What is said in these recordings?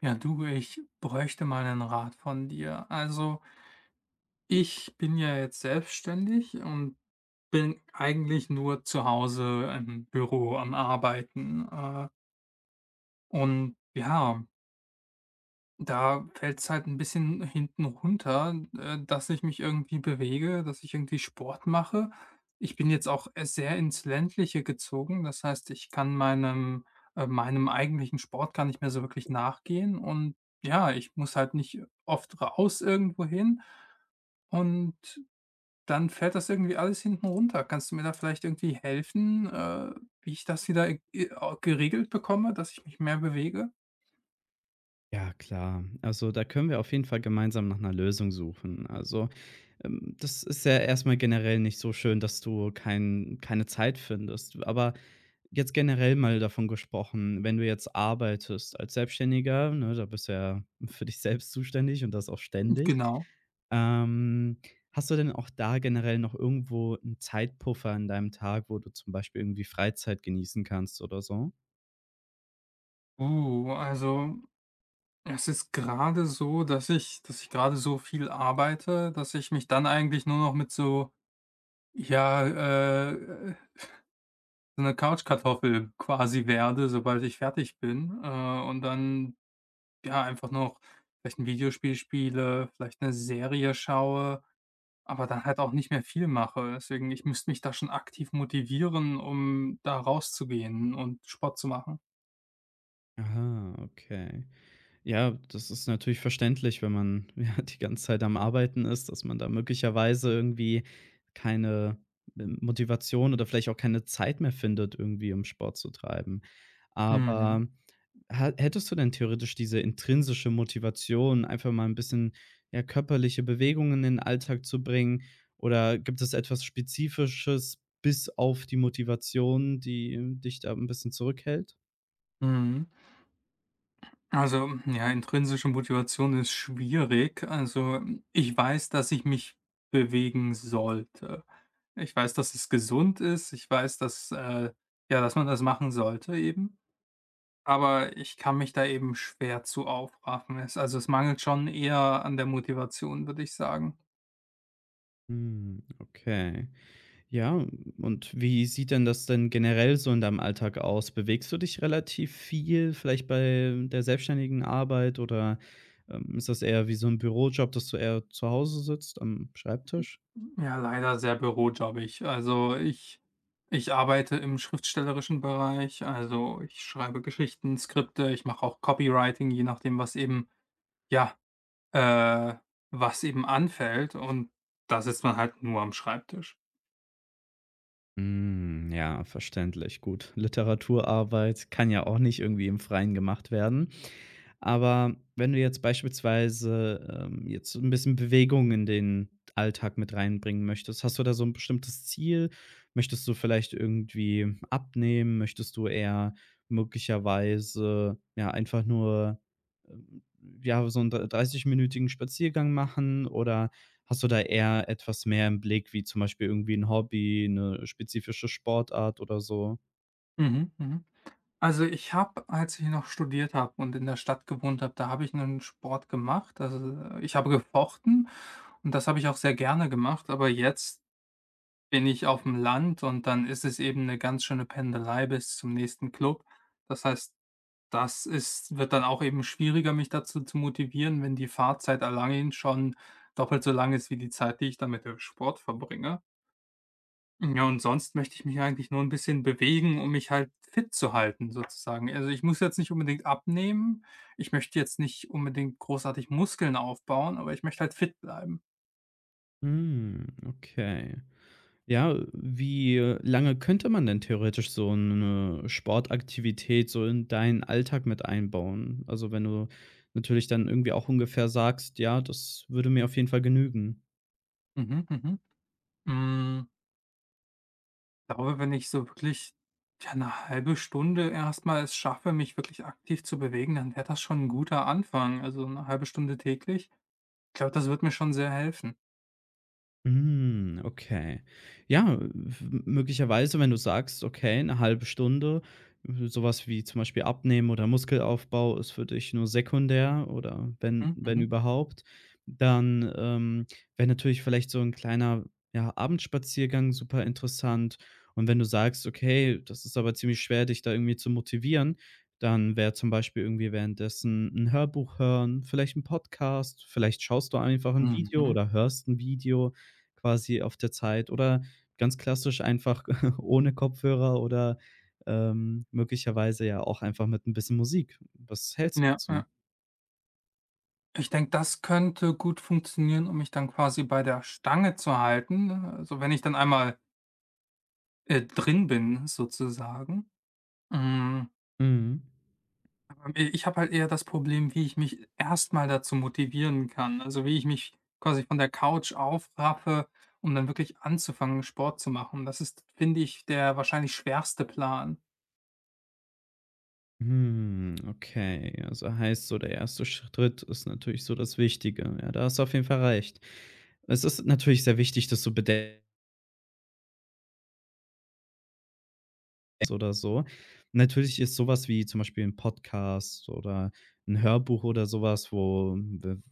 Ja, du, ich bräuchte mal einen Rat von dir. Also, ich bin ja jetzt selbstständig und bin eigentlich nur zu Hause im Büro am Arbeiten, und ja. Da fällt es halt ein bisschen hinten runter, dass ich mich irgendwie bewege, dass ich irgendwie Sport mache. Ich bin jetzt auch, sehr ins Ländliche gezogen. Das heißt, ich kann meinem eigentlichen Sport gar nicht mehr so wirklich nachgehen und ja, ich muss halt nicht oft raus irgendwohin und dann fällt das irgendwie alles hinten runter. Kannst du mir da vielleicht irgendwie helfen, wie ich das wieder, geregelt bekomme, dass ich mich mehr bewege? Ja, klar. Also da können wir auf jeden Fall gemeinsam nach einer Lösung suchen. Also, das ist ja erstmal generell nicht so schön, dass du keine Zeit findest. Aber jetzt generell mal davon gesprochen, wenn du jetzt arbeitest als Selbstständiger, ne, da bist du ja für dich selbst zuständig und das auch ständig. Genau. Ähm, Hast du denn auch da generell noch irgendwo einen Zeitpuffer in deinem Tag, wo du zum Beispiel irgendwie Freizeit genießen kannst oder so? Also, es ist gerade so, dass ich gerade so viel arbeite, dass ich mich dann eigentlich nur noch mit so, ja, äh, äh, so 'ner Couchkartoffel quasi werde, sobald ich fertig bin, und dann, ja, einfach noch vielleicht ein Videospiel spiele, vielleicht eine Serie schaue, aber dann halt auch nicht mehr viel mache. Deswegen, ich müsste mich da schon aktiv motivieren, um da rauszugehen und Sport zu machen. Aha, okay. Ja, das ist natürlich verständlich, wenn man ja die ganze Zeit am Arbeiten ist, dass man da möglicherweise irgendwie keine M Motivation oder vielleicht auch keine Zeit mehr findet, irgendwie um Sport zu treiben. Mhm, Aber hä hättest du denn theoretisch diese intrinsische Motivation, einfach mal ein bisschen, ja, körperliche Bewegungen in den Alltag zu bringen? Oder gibt es etwas Spezifisches bis auf die Motivation, die dich da ein bisschen zurückhält? mhm. Also, ja, intrinsische Motivation ist schwierig. Also, ich weiß, dass ich mich bewegen sollte. Ich weiß, dass es gesund ist. Ich weiß, dass ja, dass man das machen sollte eben. Aber ich kann mich da eben schwer zu aufraffen. Es, also es mangelt schon eher an der Motivation, würde ich sagen. Hm, okay. Ja, und wie sieht denn das denn generell so in deinem Alltag aus? Bewegst du dich relativ viel, vielleicht bei der selbstständigen Arbeit oder, ist das eher wie so ein Bürojob, dass du eher zu Hause sitzt am Schreibtisch? Ja, leider sehr bürojobbig. Ich arbeite im schriftstellerischen Bereich. Also ich schreibe Geschichten, Skripte, ich mache auch Copywriting, je nachdem, was eben. Ja, äh, was eben anfällt und da sitzt man halt nur am Schreibtisch. Hm, ja, verständlich. Gut, Literaturarbeit kann ja auch nicht irgendwie im Freien gemacht werden. Aber wenn du jetzt beispielsweise, jetzt so ein bisschen Bewegung in den Alltag mit reinbringen möchtest, hast du da so ein bestimmtes Ziel? Möchtest du vielleicht irgendwie abnehmen? Möchtest du eher möglicherweise, ja, einfach nur, ähm, ja, so einen dr dreißigminütigen Spaziergang machen oder hast du da eher etwas mehr im Blick, wie zum Beispiel irgendwie ein Hobby, eine spezifische Sportart oder so? Mhm, mhm. Also, ich habe, als ich noch studiert habe und in der Stadt gewohnt habe, da habe ich einen Sport gemacht. Also, ich habe gefochten und das habe ich auch sehr gerne gemacht, aber jetzt bin ich auf dem Land und dann ist es eben eine ganz schöne Pendelei bis zum nächsten Club. Das heißt, Das ist wird dann auch eben schwieriger, mich dazu zu motivieren, wenn die Fahrzeit allein schon doppelt so lang ist wie die Zeit, die ich dann mit dem Sport verbringe. Ja, und sonst möchte ich mich eigentlich nur ein bisschen bewegen, um mich halt fit zu halten sozusagen. Also, ich muss jetzt nicht unbedingt abnehmen. Ich möchte jetzt nicht unbedingt großartig Muskeln aufbauen, aber ich möchte halt fit bleiben. Hm, okay. Ja, wie lange könnte man denn theoretisch so eine Sportaktivität so in deinen Alltag mit einbauen? Also, wenn du natürlich dann irgendwie auch ungefähr sagst: „Ja, das würde mir auf jeden Fall genügen.“ Mhm, mhm. Glaube, wenn ich so wirklich, ja, eine halbe Stunde erstmal es schaffe, mich wirklich aktiv zu bewegen, dann wäre das schon ein guter Anfang. Also, eine halbe Stunde täglich, ich glaube, das wird mir schon sehr helfen. Hm, okay. Ja, w möglicherweise, wenn du sagst: „Okay, eine halbe Stunde“, sowas wie zum Beispiel Abnehmen oder Muskelaufbau ist für dich nur sekundär oder wenn Mhm, überhaupt, dann, wäre natürlich vielleicht so ein kleiner, ja, Abendspaziergang super interessant. Und wenn du sagst: „Okay, das ist aber ziemlich schwer, dich da irgendwie zu motivieren“, dann wäre zum Beispiel irgendwie währenddessen ein Hörbuch hören, vielleicht ein Podcast, vielleicht schaust du einfach ein mhm, Video mhm. oder hörst ein Video quasi auf der Zeit oder ganz klassisch einfach ohne Kopfhörer oder, möglicherweise ja auch einfach mit ein bisschen Musik. Was hältst du Ja, dazu? ja. Ich denke, das könnte gut funktionieren, um mich dann quasi bei der Stange zu halten, ne? Also, wenn ich dann einmal, drin bin sozusagen. Hm. Mhm. Ich habe halt eher das Problem, wie ich mich erstmal dazu motivieren kann. Also, wie ich mich quasi von der Couch aufraffe, um dann wirklich anzufangen, Sport zu machen. Das ist, finde ich, der wahrscheinlich schwerste Plan. Hm, okay. Also, heißt so, der erste Schritt ist natürlich so das Wichtige. Ja, da hast du auf jeden Fall recht. Es ist natürlich sehr wichtig, dass du bedenkst oder so. Natürlich ist sowas wie zum Beispiel ein Podcast oder ein Hörbuch oder sowas,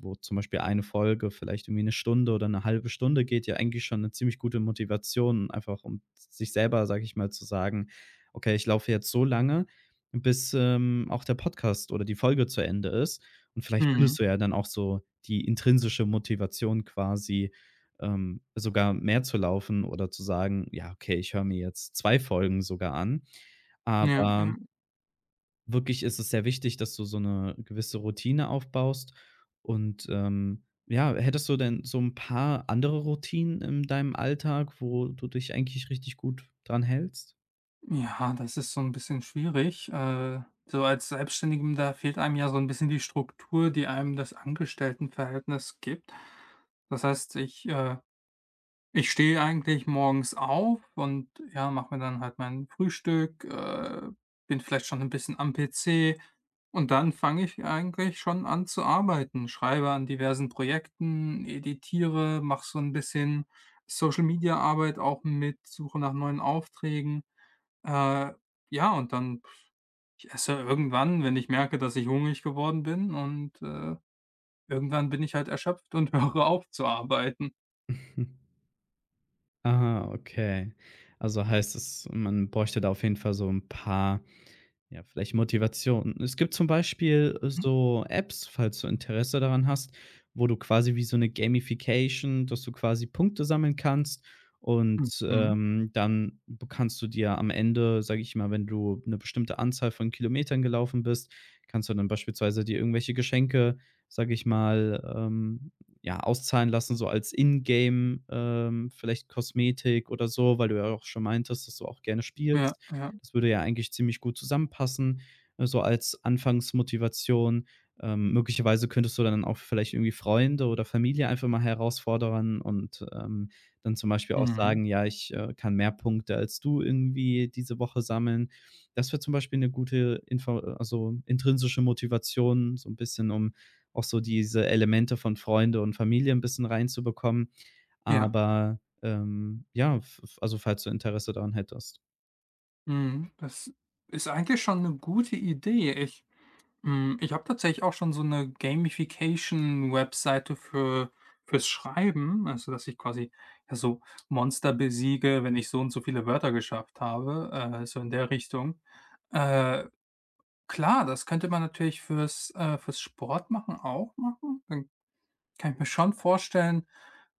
wo zum Beispiel eine Folge vielleicht irgendwie eine Stunde oder eine halbe Stunde geht, ja eigentlich schon eine ziemlich gute Motivation, einfach um sich selber, sag ich mal, zu sagen: „Okay, ich laufe jetzt so lange, bis, auch der Podcast oder die Folge zu Ende ist.“ Und vielleicht Mhm. findest du ja dann auch so die intrinsische Motivation quasi, sogar mehr zu laufen oder zu sagen: „Ja, okay, ich höre mir jetzt 2 Folgen sogar an.“ Ja, Aber ja. wirklich ist es sehr wichtig, dass du so eine gewisse Routine aufbaust und, ja, hättest du denn so ein paar andere Routinen in deinem Alltag, wo du dich eigentlich richtig gut dran hältst? Ja, das ist so ein bisschen schwierig. So als Selbstständigem, da fehlt einem ja so ein bisschen die Struktur, die einem das Angestelltenverhältnis gibt. Das heißt, ich stehe eigentlich morgens auf und, ja, mache mir dann halt mein Frühstück, bin vielleicht schon ein bisschen am PC und dann fange ich eigentlich schon an zu arbeiten, schreibe an diversen Projekten, editiere, mache so ein bisschen Social-Media-Arbeit auch mit, suche nach neuen Aufträgen. Äh, ja, und dann ich esse irgendwann, wenn ich merke, dass ich hungrig geworden bin und, irgendwann bin ich halt erschöpft und höre auf zu arbeiten. Aha, okay. Also heißt es, man bräuchte da auf jeden Fall so ein paar ja, vielleicht Motivation. Es gibt zum Beispiel Mhm, so Apps, falls du Interesse daran hast, wo du quasi wie so eine Gamification dass du quasi Punkte sammeln kannst und, mhm. Dann b kannst du dir am Ende, sage ich mal, wenn du eine bestimmte Anzahl von Kilometern gelaufen bist, kannst du dann beispielsweise dir irgendwelche Geschenke, sage ich mal, ja, auszahlen lassen, so als Ingame, vielleicht Kosmetik oder so, weil du ja auch schon meintest, dass du auch gerne Ja, spielst. ja. Das würde ja eigentlich ziemlich gut zusammenpassen, so als Anfangsmotivation. Möglicherweise könntest du dann auch vielleicht irgendwie Freunde oder Familie einfach mal herausfordern und, dann zum Beispiel auch Mhm. sagen: „Ja, ich, kann mehr Punkte als du irgendwie diese Woche sammeln.“ Das wäre zum Beispiel eine gute Info also, intrinsische Motivation, so ein bisschen, um auch so diese Elemente von Freunde und Familie ein bisschen reinzubekommen. Ja, Aber, ja, f f also, falls du Interesse daran hättest. mhm. Das ist eigentlich schon eine gute Idee. Ich habe tatsächlich auch schon so eine Gamification-Webseite für fürs Schreiben, also, dass ich quasi, ja, so Monster besiege, wenn ich so und so viele Wörter geschafft habe, so in der Richtung. Äh, klar, das könnte man natürlich fürs Sport machen auch machen. Dann kann ich mir schon vorstellen,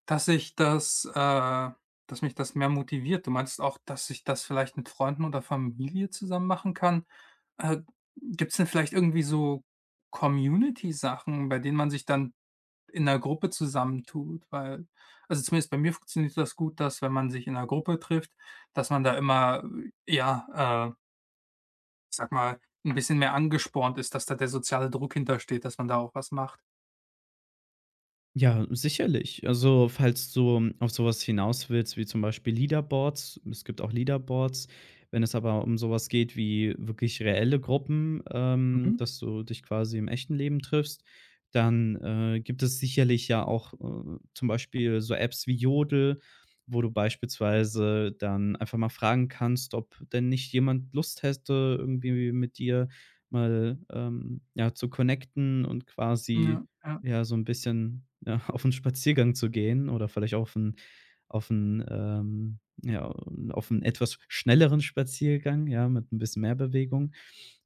dass ich dass mich das mehr motiviert. Du meinst auch, dass ich das vielleicht mit Freunden oder Familie zusammen machen kann. Äh, Gibt es denn vielleicht irgendwie so Community-Sachen, bei denen man sich dann in 'ner Gruppe zusammentut? Weil also, zumindest bei mir funktioniert das gut, dass wenn man sich in 'ner Gruppe trifft, dass man da immer, ja, äh, ich sage mal, ein bisschen mehr angespornt ist, dass da der soziale Druck hintersteht, dass man da auch was macht. Ja, sicherlich. Also, falls du auf sowas hinaus willst, wie zum Beispiel Leaderboards, es gibt auch Leaderboards. Wenn es aber um sowas geht wie wirklich reelle Gruppen, Mhm. dass du dich quasi im echten Leben triffst, dann, gibt es sicherlich ja auch, zum Beispiel so Apps wie Jodel, wo du beispielsweise dann einfach mal fragen kannst, ob denn nicht jemand Lust hätte, irgendwie mit dir mal, ja, zu connecten und quasi Ja, ja. ja, so ein bisschen, ja, auf einen Spaziergang zu gehen oder vielleicht auf 'n, ja, auf einen etwas schnelleren Spaziergang, ja, mit ein bisschen mehr Bewegung.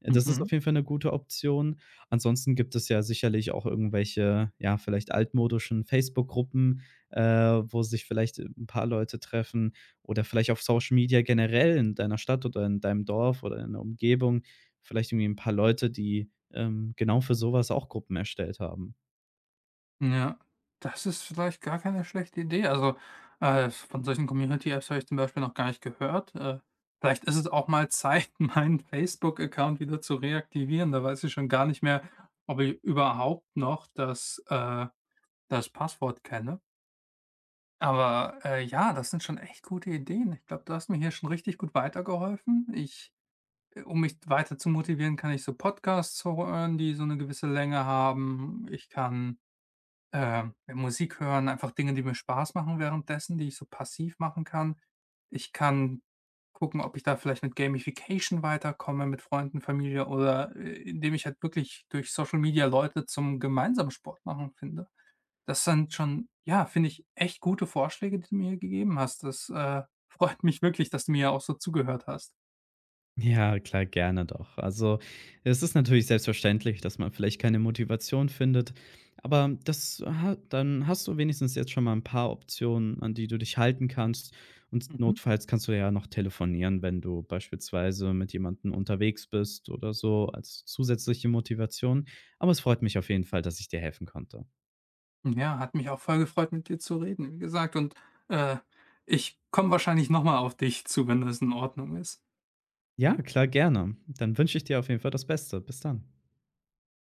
Das ist Mhm. auf jeden Fall eine gute Option. Ansonsten gibt es ja sicherlich auch irgendwelche, ja, vielleicht altmodischen Facebook-Gruppen, wo sich vielleicht ein paar Leute treffen oder vielleicht auf Social Media generell in deiner Stadt oder in deinem Dorf oder in der Umgebung vielleicht irgendwie ein paar Leute, die, genau für sowas auch Gruppen erstellt haben. Ja, das ist vielleicht gar keine schlechte Idee. Also, von solchen Community-Apps habe ich zum Beispiel noch gar nicht gehört. Vielleicht ist es auch mal Zeit, meinen Facebook-Account wieder zu reaktivieren. Da weiß ich schon gar nicht mehr, ob ich überhaupt noch das Passwort kenne. Aber ja, das sind schon echt gute Ideen. Ich glaube, du hast mir hier schon richtig gut weitergeholfen. Um mich weiter zu motivieren, kann ich so Podcasts hören, die so eine gewisse Länge haben. Ich kann Musik hören, einfach Dinge, die mir Spaß machen währenddessen, die ich so passiv machen kann. Ich kann gucken, ob ich da vielleicht mit Gamification weiterkomme, mit Freunden, Familie oder indem ich halt wirklich durch Social Media Leute zum gemeinsamen Sport machen finde. Das sind schon, ja, finde ich, echt gute Vorschläge, die du mir gegeben hast. Das freut mich wirklich, dass du mir auch so zugehört hast. Ja, klar, gerne doch. Also, es ist natürlich selbstverständlich, dass man vielleicht keine Motivation findet, aber das ha dann hast du wenigstens jetzt schon mal ein paar Optionen, an die du dich halten kannst und Mhm. notfalls kannst du ja noch telefonieren, wenn du beispielsweise mit jemandem unterwegs bist oder so als zusätzliche Motivation. Aber es freut mich auf jeden Fall, dass ich dir helfen konnte. Ja, hat mich auch voll gefreut, mit dir zu reden, wie gesagt. Und äh, ich komme wahrscheinlich nochmal auf dich zu, wenn das in Ordnung ist. Ja, klar, gerne. Dann wünsche ich dir auf jeden Fall das Beste. Bis dann.